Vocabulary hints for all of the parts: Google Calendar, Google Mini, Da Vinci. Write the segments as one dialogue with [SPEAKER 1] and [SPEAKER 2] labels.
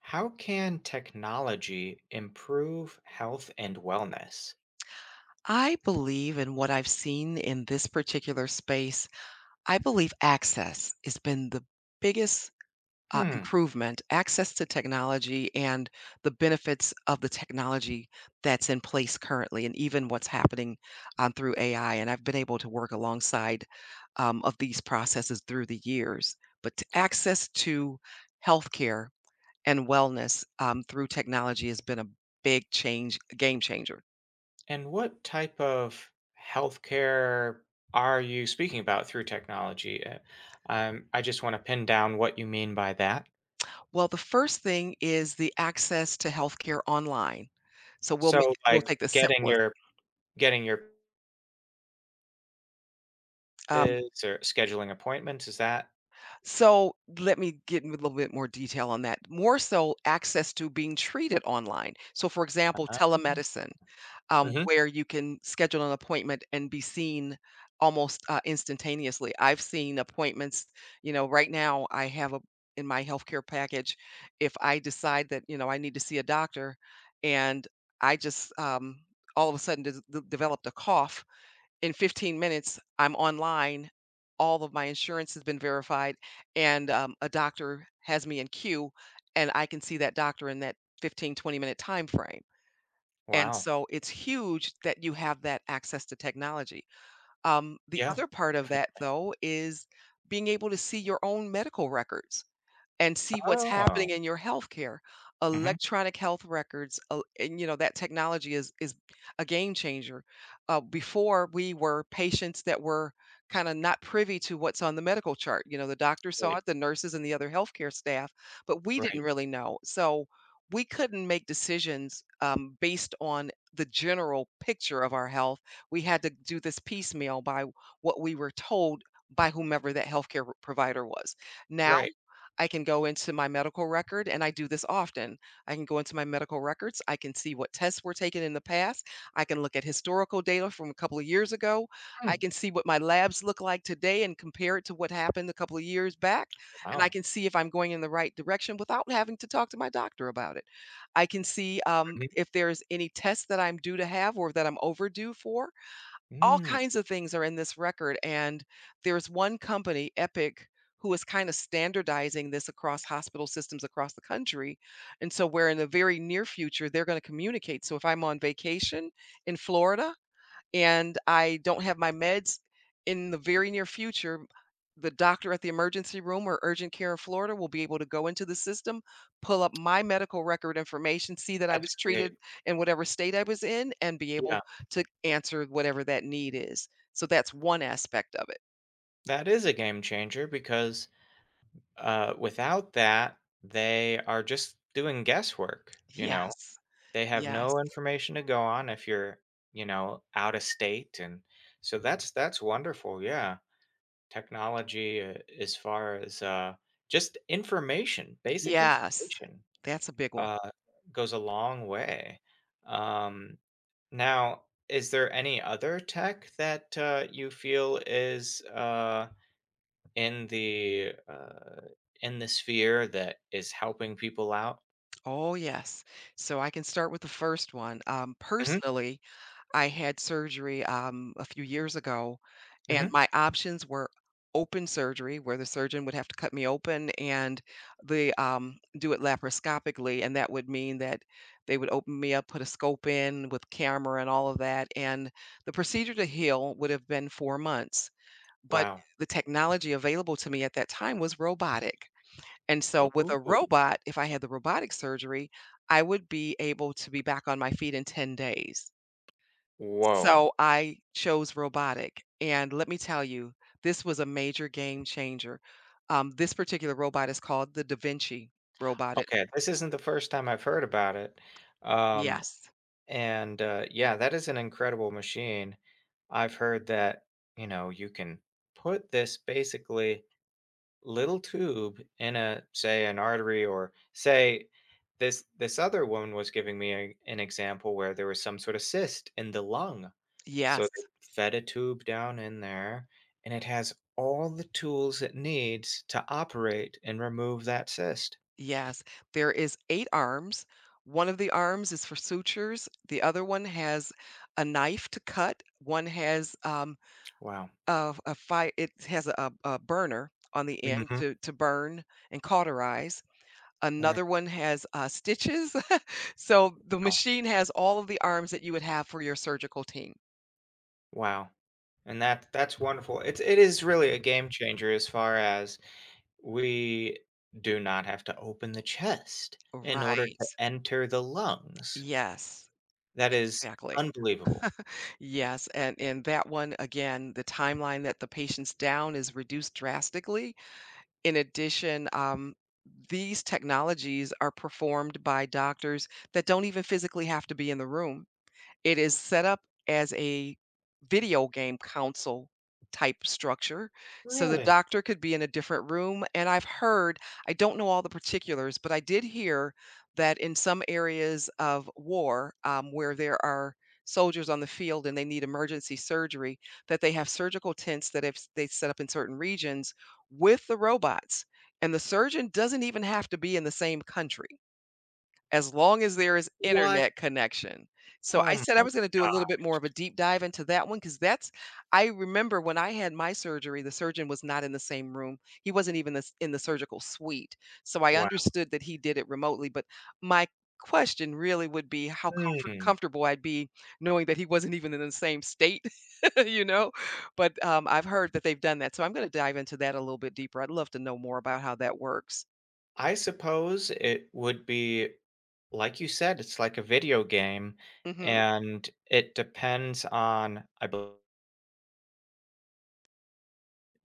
[SPEAKER 1] How can technology improve health and wellness?
[SPEAKER 2] I believe in what I've seen in this particular space, I believe access has been the biggest,
[SPEAKER 1] Hmm.
[SPEAKER 2] improvement, access to technology and the benefits of the technology that's in place currently and even what's happening, through AI, and I've been able to work alongside, of these processes through the years. But t access to healthcare and wellness, through technology has been a big change a game changer.
[SPEAKER 1] And what type of healthcare are you speaking about through technology? I just want to pin down what you mean by that.
[SPEAKER 2] Well, the first thing is the access to healthcare online. So
[SPEAKER 1] So,
[SPEAKER 2] we'll
[SPEAKER 1] like
[SPEAKER 2] take the
[SPEAKER 1] getting
[SPEAKER 2] simplest.
[SPEAKER 1] your getting your
[SPEAKER 2] Um,
[SPEAKER 1] pills or scheduling appointments, is that?
[SPEAKER 2] so let me get in with a little bit more detail on that. More so access to being treated online. So for example,
[SPEAKER 1] Uh,
[SPEAKER 2] telemedicine,
[SPEAKER 1] hmm.
[SPEAKER 2] where you can schedule an appointment and be seen almost instantaneously. I've seen appointments, you know, right now I have a in my healthcare package. If I decide that, you know, I need to see a doctor and I just all of a sudden developed a cough, in 15 minutes, I'm online. All of my insurance has been verified, and a doctor has me in queue, and I can see that doctor in that 15, 20-minute time frame. And
[SPEAKER 1] Wow.
[SPEAKER 2] so it's huge that you have that access to technology. The
[SPEAKER 1] Yeah.
[SPEAKER 2] other part of that, though, is being able to see your own medical records and see what's
[SPEAKER 1] Oh.
[SPEAKER 2] happening in your healthcare.
[SPEAKER 1] Hmm.
[SPEAKER 2] Electronic health records, and you know that technology is a game changer. Before we were patients that were kind of not privy to what's on the medical chart. You know, the doctor saw
[SPEAKER 1] Right.
[SPEAKER 2] it, the nurses and the other healthcare staff, but we didn't
[SPEAKER 1] Right.
[SPEAKER 2] really know. So we couldn't make decisions based on the general picture of our health. We had to do this piecemeal by what we were told by whomever that healthcare provider was. Now
[SPEAKER 1] Right.
[SPEAKER 2] I can go into my medical record, and I do this often. I can go into my medical records. I can see what tests were taken in the past. I can look at historical data from a couple of years ago. I
[SPEAKER 1] Hmm.
[SPEAKER 2] can see what my labs look like today and compare it to what happened a couple of years back. And I
[SPEAKER 1] Wow.
[SPEAKER 2] can see if I'm going in the right direction without having to talk to my doctor about it. I can see
[SPEAKER 1] Mhm.
[SPEAKER 2] if there's any tests that I'm due to have or that I'm overdue for, all
[SPEAKER 1] Mm,
[SPEAKER 2] kinds of things are in this record, and there's one company, Epic, who is kind of standardizing this across hospital systems across the country. And so, where in the very near future, they're going to communicate. So, if I'm on vacation in Florida, and I don't have my meds in the very near future, the doctor at the emergency room or urgent care in Florida will be able to go into the system, pull up my medical record information, see that I
[SPEAKER 1] that's
[SPEAKER 2] was treated
[SPEAKER 1] great.
[SPEAKER 2] in whatever state I was in, and be
[SPEAKER 1] Yeah.
[SPEAKER 2] able to answer whatever that need is. So that's one aspect of it.
[SPEAKER 1] That is a game changer because, without that, they are just doing guesswork, you know?
[SPEAKER 2] Yes,
[SPEAKER 1] They have
[SPEAKER 2] yes,
[SPEAKER 1] no information to go on if you're, you know, out of state, and so that's wonderful, yeah. Technology, as far as, just information, basic
[SPEAKER 2] yes.
[SPEAKER 1] information,
[SPEAKER 2] That's a big one.
[SPEAKER 1] uh, goes a long way. Um, Now, is there any other tech that, you feel is, in the uh, in the sphere that is helping people out?
[SPEAKER 2] Oh, yes. So I can start with the first one. Um,
[SPEAKER 1] Hmm.
[SPEAKER 2] personally, I had surgery, a few years ago, and
[SPEAKER 1] Hmm.
[SPEAKER 2] my options were open surgery, where the surgeon would have to cut me open and the do it laparoscopically, and that would mean that they would open me up, put a scope in with camera and all of that, and the procedure to heal would have been 4 months, but
[SPEAKER 1] Wow.
[SPEAKER 2] the technology available to me at that time was robotic, and so with
[SPEAKER 1] Ooh.
[SPEAKER 2] a robot, if I had the robotic surgery, I would be able to be back on my feet in 10 days.
[SPEAKER 1] Whoa.
[SPEAKER 2] So I chose robotic, and let me tell you, this was a major game changer. This particular robot is called the Da Vinci robot. It-
[SPEAKER 1] Okay, this isn't the first time I've heard about it. Um,
[SPEAKER 2] yes,
[SPEAKER 1] and yeah, that is an incredible machine. I've heard that you know you can put this basically little tube in, a say, an artery, or say this other woman was giving me an example where there was some sort of cyst in the lung, so they
[SPEAKER 2] yes,
[SPEAKER 1] fed a tube down in there, and it has all the tools it needs to operate and remove that cyst.
[SPEAKER 2] yes. There is eight arms. One of the arms is for sutures. The other one has a knife to cut. One has
[SPEAKER 1] Wow.
[SPEAKER 2] a fire. It has a burner on the end
[SPEAKER 1] Hmm.
[SPEAKER 2] to burn and cauterize.
[SPEAKER 1] Right.
[SPEAKER 2] Another one has, stitches. So, the
[SPEAKER 1] Wow.
[SPEAKER 2] machine has all of the arms that you would have for your surgical team.
[SPEAKER 1] Wow. And that's wonderful. It is really a game changer as far as, we do not have to open the chest in order
[SPEAKER 2] Right.
[SPEAKER 1] to enter the lungs.
[SPEAKER 2] Yes,
[SPEAKER 1] That is
[SPEAKER 2] exactly.
[SPEAKER 1] unbelievable.
[SPEAKER 2] Yes, and that one, again, the timeline that the patient's down is reduced drastically. In addition, these technologies are performed by doctors that don't even physically have to be in the room. It is set up as a video game council type structure, so the
[SPEAKER 1] Really?
[SPEAKER 2] doctor could be in a different room, and I've heard I don't know all the particulars, but I did hear that in some areas of war, where there are soldiers on the field and they need emergency surgery, that they have surgical tents that if they set up in certain regions with the robots, and the surgeon doesn't even have to be in the same country. As long as there is
[SPEAKER 1] What?
[SPEAKER 2] internet connection. So,
[SPEAKER 1] Oh
[SPEAKER 2] I said I
[SPEAKER 1] my,
[SPEAKER 2] was gonna do a little bit more of a deep dive into that one because that's I remember when I had my surgery, the surgeon was not in the same room. He wasn't even this in the surgical suite. So, I
[SPEAKER 1] wow.
[SPEAKER 2] understood that he did it remotely, but my question really would be how
[SPEAKER 1] Hmm.
[SPEAKER 2] comfortable I'd be knowing that he wasn't even in the same state, you know? But, I've heard that they've done that, so I'm gonna dive into that a little bit deeper. I'd love to know more about how that works.
[SPEAKER 1] I suppose it would be, like you said, it's like a video game,
[SPEAKER 2] Mhm.
[SPEAKER 1] and it depends on, I believe,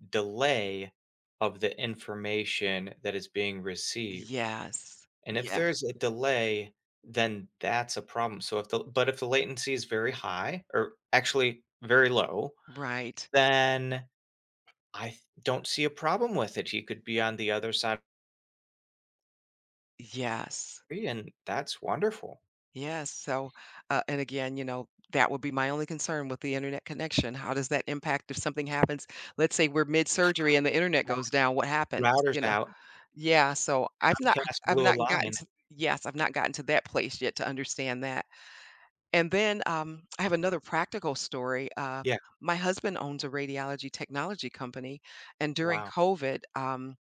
[SPEAKER 1] delay of the information that is being received.
[SPEAKER 2] Yes.
[SPEAKER 1] And if
[SPEAKER 2] Yes.
[SPEAKER 1] there's a delay, then that's a problem. So if the but if the latency is very high, or actually very low,
[SPEAKER 2] Right.
[SPEAKER 1] then don't see a problem with it. He could be on the other side of
[SPEAKER 2] Yes.
[SPEAKER 1] the tree, and that's wonderful.
[SPEAKER 2] Yes. So, and again, you know, that would be my only concern with the internet connection. How does that impact if something happens? Let's say we're mid surgery and the internet goes down. What happens?
[SPEAKER 1] Router's
[SPEAKER 2] You know?
[SPEAKER 1] out.
[SPEAKER 2] Yeah.
[SPEAKER 1] Comcast
[SPEAKER 2] I've
[SPEAKER 1] blew a
[SPEAKER 2] not gotten
[SPEAKER 1] line.
[SPEAKER 2] to, yes, I've not gotten to that place yet to understand that. And then I have another practical story. Uh,
[SPEAKER 1] Yeah.
[SPEAKER 2] my husband owns a radiology technology company, and during
[SPEAKER 1] Wow.
[SPEAKER 2] COVID,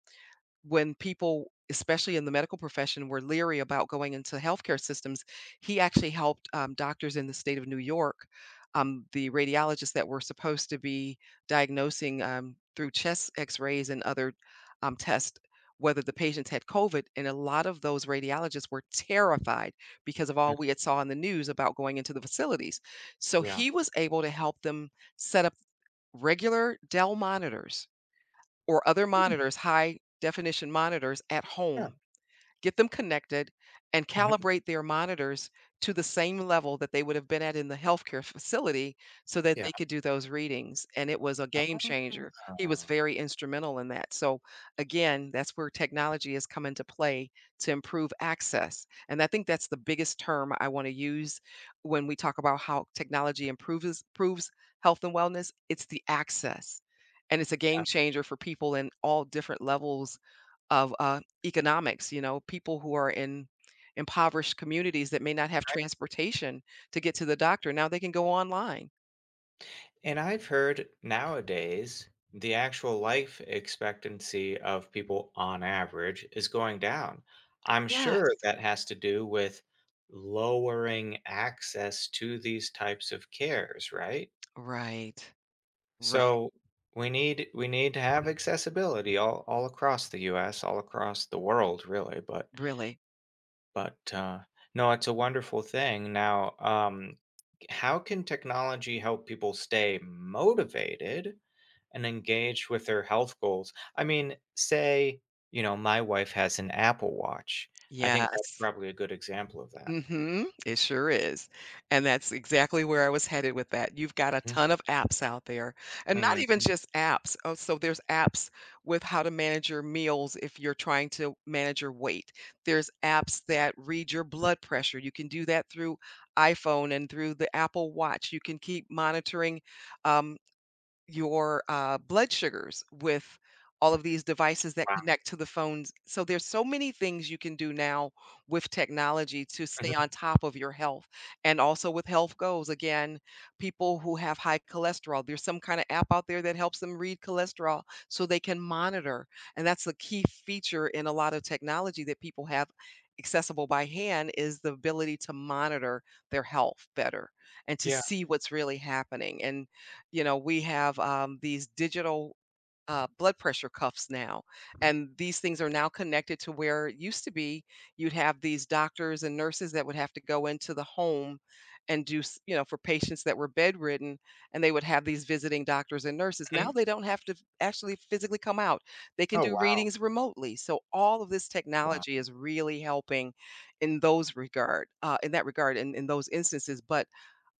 [SPEAKER 2] when people, especially in the medical profession, were leery about going into healthcare systems, he actually helped doctors in the state of New York, the radiologists that were supposed to be diagnosing through chest x rays and other tests whether the patients had covid and a lot of those radiologists were terrified because of
[SPEAKER 1] Mm.
[SPEAKER 2] all we had saw in the news about going into the facilities so
[SPEAKER 1] Yeah.
[SPEAKER 2] he was able to help them set up regular dell monitors or other
[SPEAKER 1] Mm.
[SPEAKER 2] monitors, high definition monitors at
[SPEAKER 1] Yeah.
[SPEAKER 2] home, get them connected, and
[SPEAKER 1] Mhm.
[SPEAKER 2] calibrate their monitors to the same level that they would have been at in the healthcare facility so that
[SPEAKER 1] Yeah.
[SPEAKER 2] they could do those readings. And it was a game changer. He was
[SPEAKER 1] Ah.
[SPEAKER 2] very instrumental in that. So, again, that's where technology has come into play to improve access. And I think that's the biggest term I want to use when we talk about how technology improves health and wellness. It's the access. And it's a game
[SPEAKER 1] Yeah.
[SPEAKER 2] changer for people in all different levels of economics. You know, people who are in impoverished communities that may not have
[SPEAKER 1] Right.
[SPEAKER 2] transportation to get to the doctor now they can go online.
[SPEAKER 1] And I've heard nowadays the actual life expectancy of people on average is going down. I'm sure
[SPEAKER 2] Yes,
[SPEAKER 1] that has to do with lowering access to these types of cares, right?
[SPEAKER 2] right, right,
[SPEAKER 1] So we need to have accessibility all across the US, all across the world really, but
[SPEAKER 2] really,
[SPEAKER 1] but, uh, no, it's a wonderful thing. Now, how can technology help people stay motivated and engaged with their health goals? I mean, say, you know, my wife has an Apple Watch. I think that's
[SPEAKER 2] yes.
[SPEAKER 1] probably a good example of that.
[SPEAKER 2] Mhm, it sure is, and that's exactly where I was headed with that. You've got a
[SPEAKER 1] Mhm.
[SPEAKER 2] ton of apps out there, and not
[SPEAKER 1] Mm,
[SPEAKER 2] even just apps. Oh, so there's apps with how to manage your meals if you're trying to manage your weight. There's apps that read your blood pressure. You can do that through iPhone and through the Apple Watch. You can keep monitoring, um your, blood sugars with all of these devices that
[SPEAKER 1] wow.
[SPEAKER 2] connect to the phones. So there's so many things you can do now with technology to stay on
[SPEAKER 1] Mhm.
[SPEAKER 2] top of your health. And also with health goals, again, people who have high cholesterol, there's some kind of app out there that helps them read cholesterol so they can monitor. And that's a key feature in a lot of technology that people have accessible by hand is the ability to monitor their health better and to
[SPEAKER 1] Yeah.
[SPEAKER 2] see what's really happening. And you know, we have these digital blood pressure cuffs now, and these things are now connected to where it used to be. You'd have these doctors and nurses that would have to go into the home and do, you know, for patients that were bedridden, and they would have these visiting doctors and nurses. Now
[SPEAKER 1] Mhm.
[SPEAKER 2] they don't have to actually physically come out, they can
[SPEAKER 1] Oh,
[SPEAKER 2] do
[SPEAKER 1] wow.
[SPEAKER 2] readings remotely. So, all of this
[SPEAKER 1] Wow.
[SPEAKER 2] technology is really helping in in that regard, in those instances. But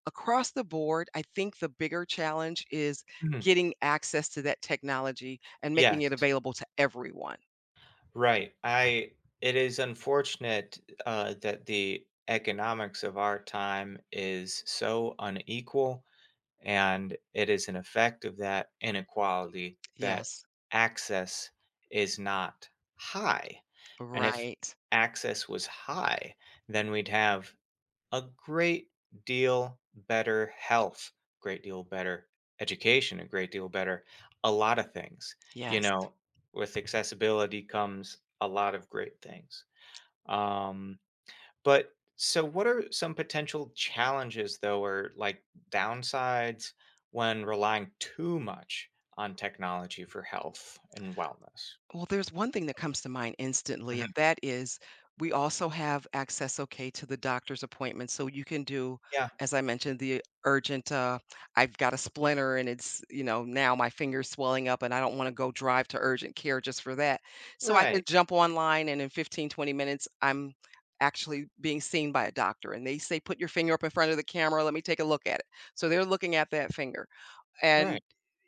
[SPEAKER 2] across the board, I think the bigger challenge is
[SPEAKER 1] Mhm.
[SPEAKER 2] getting access to that technology and making it
[SPEAKER 1] Yes.
[SPEAKER 2] available to everyone.
[SPEAKER 1] Right. I It is unfortunate that the economics of our time is so unequal, and it is an effect of that inequality that
[SPEAKER 2] Yes,
[SPEAKER 1] access is not high. And if
[SPEAKER 2] right.
[SPEAKER 1] access was high, then we'd have a great deal better health, great deal better education, a great deal better, a lot of things. You
[SPEAKER 2] Yes.
[SPEAKER 1] know, with accessibility comes a lot of great things. Um, but so what are some potential challenges though, or like downsides, when relying too much on technology for health and wellness?
[SPEAKER 2] Well, there's one thing that comes to mind instantly, and
[SPEAKER 1] Mhm.
[SPEAKER 2] that is we also have access, okay, to the doctor's appointment. So you can do,
[SPEAKER 1] Yeah.
[SPEAKER 2] as I mentioned, the urgent, I've got a splinter and it's, you know, now my finger's swelling up and I don't want to go drive to urgent care just for that. So I can
[SPEAKER 1] Right.
[SPEAKER 2] jump online and in 15, 20 minutes, I'm actually being seen by a doctor. And they say, put your finger up in front of the camera. Let me take a look at it. So they're looking at that finger. And
[SPEAKER 1] Right.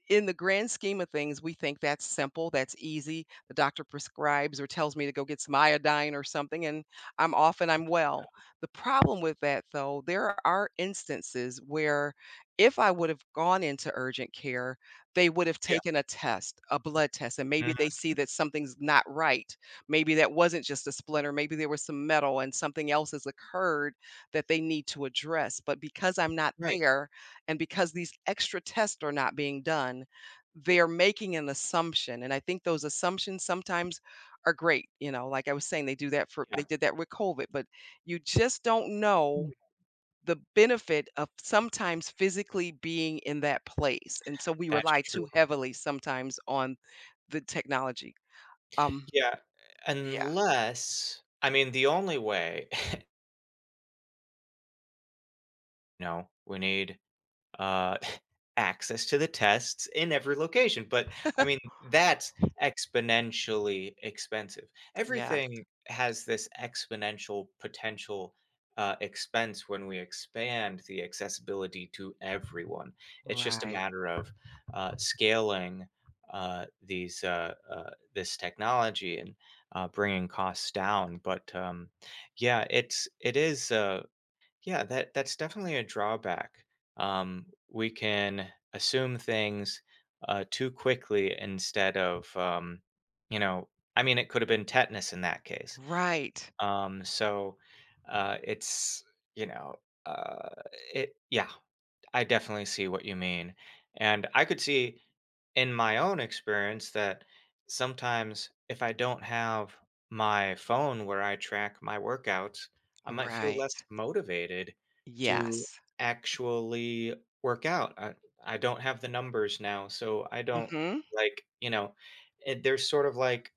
[SPEAKER 2] in the grand scheme of things, we think that's simple, that's easy. The doctor prescribes or tells me to go get some iodine or something, and I'm off and I'm well. The problem with that, though, there are instances where if I would have gone into urgent care, they would have
[SPEAKER 1] Yeah.
[SPEAKER 2] taken a test, a blood test, and maybe
[SPEAKER 1] Mhm.
[SPEAKER 2] they see that something's not right. Maybe that wasn't just a splinter, maybe there was some metal and something else has occurred that they need to address. But because I'm not
[SPEAKER 1] Right.
[SPEAKER 2] there, and because these extra tests are not being done, they're making an assumption. And I think those assumptions sometimes are great. You know, like I was saying,
[SPEAKER 1] Yeah.
[SPEAKER 2] they did that with COVID, but you just don't know
[SPEAKER 1] Mm.
[SPEAKER 2] the benefit of sometimes physically being in that place. And so we
[SPEAKER 1] That's
[SPEAKER 2] rely
[SPEAKER 1] true.
[SPEAKER 2] too heavily sometimes on the technology. Um,
[SPEAKER 1] Yeah.
[SPEAKER 2] yeah.
[SPEAKER 1] Unless, I mean, the only way, no, we need uh, access to the tests in every location. But I mean, that's exponentially expensive.
[SPEAKER 2] Yes.
[SPEAKER 1] Everything has this exponential potential expense when we expand the accessibility to everyone. It's just a
[SPEAKER 2] Right.
[SPEAKER 1] matter of scaling these this technology and bringing costs down. But yeah, it's it is. Yeah, that's definitely a drawback. We can assume things too quickly instead of, you know, I mean, it could have been tetanus in that case.
[SPEAKER 2] Right.
[SPEAKER 1] So it's, you know, uh, it, Yeah. I definitely see what you mean. And I could see in my own experience that sometimes if I don't have my phone where I track my workouts, I might feel
[SPEAKER 2] Right.
[SPEAKER 1] less motivated to
[SPEAKER 2] Yes.
[SPEAKER 1] actually work out. I don't have the numbers now, so I don't,
[SPEAKER 2] Mm-hmm.
[SPEAKER 1] like, you know, it, there's sort of like,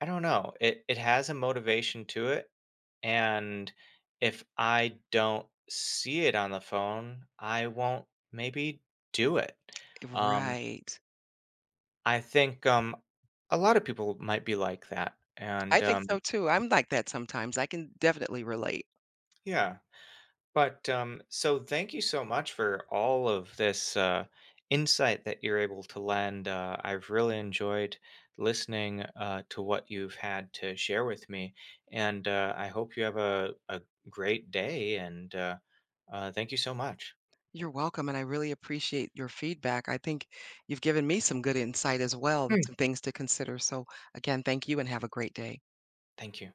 [SPEAKER 1] I don't know. It has a motivation to it, and if I don't see it on the phone, I won't maybe do it. Um,
[SPEAKER 2] Right.
[SPEAKER 1] I think a lot of people might be like that, and
[SPEAKER 2] I think so too. I'm like that sometimes. I can definitely relate.
[SPEAKER 1] yeah. But, so thank you so much for all of this, insight that you're able to lend. I've really enjoyed listening, to what you've had to share with me, and, I hope you have a great day, and, thank you so much.
[SPEAKER 2] You're welcome, and I really appreciate your feedback. I think you've given me some good insight as well and
[SPEAKER 1] Hmm.
[SPEAKER 2] some things to consider. So, again, thank you and have a great day.
[SPEAKER 1] Thank you.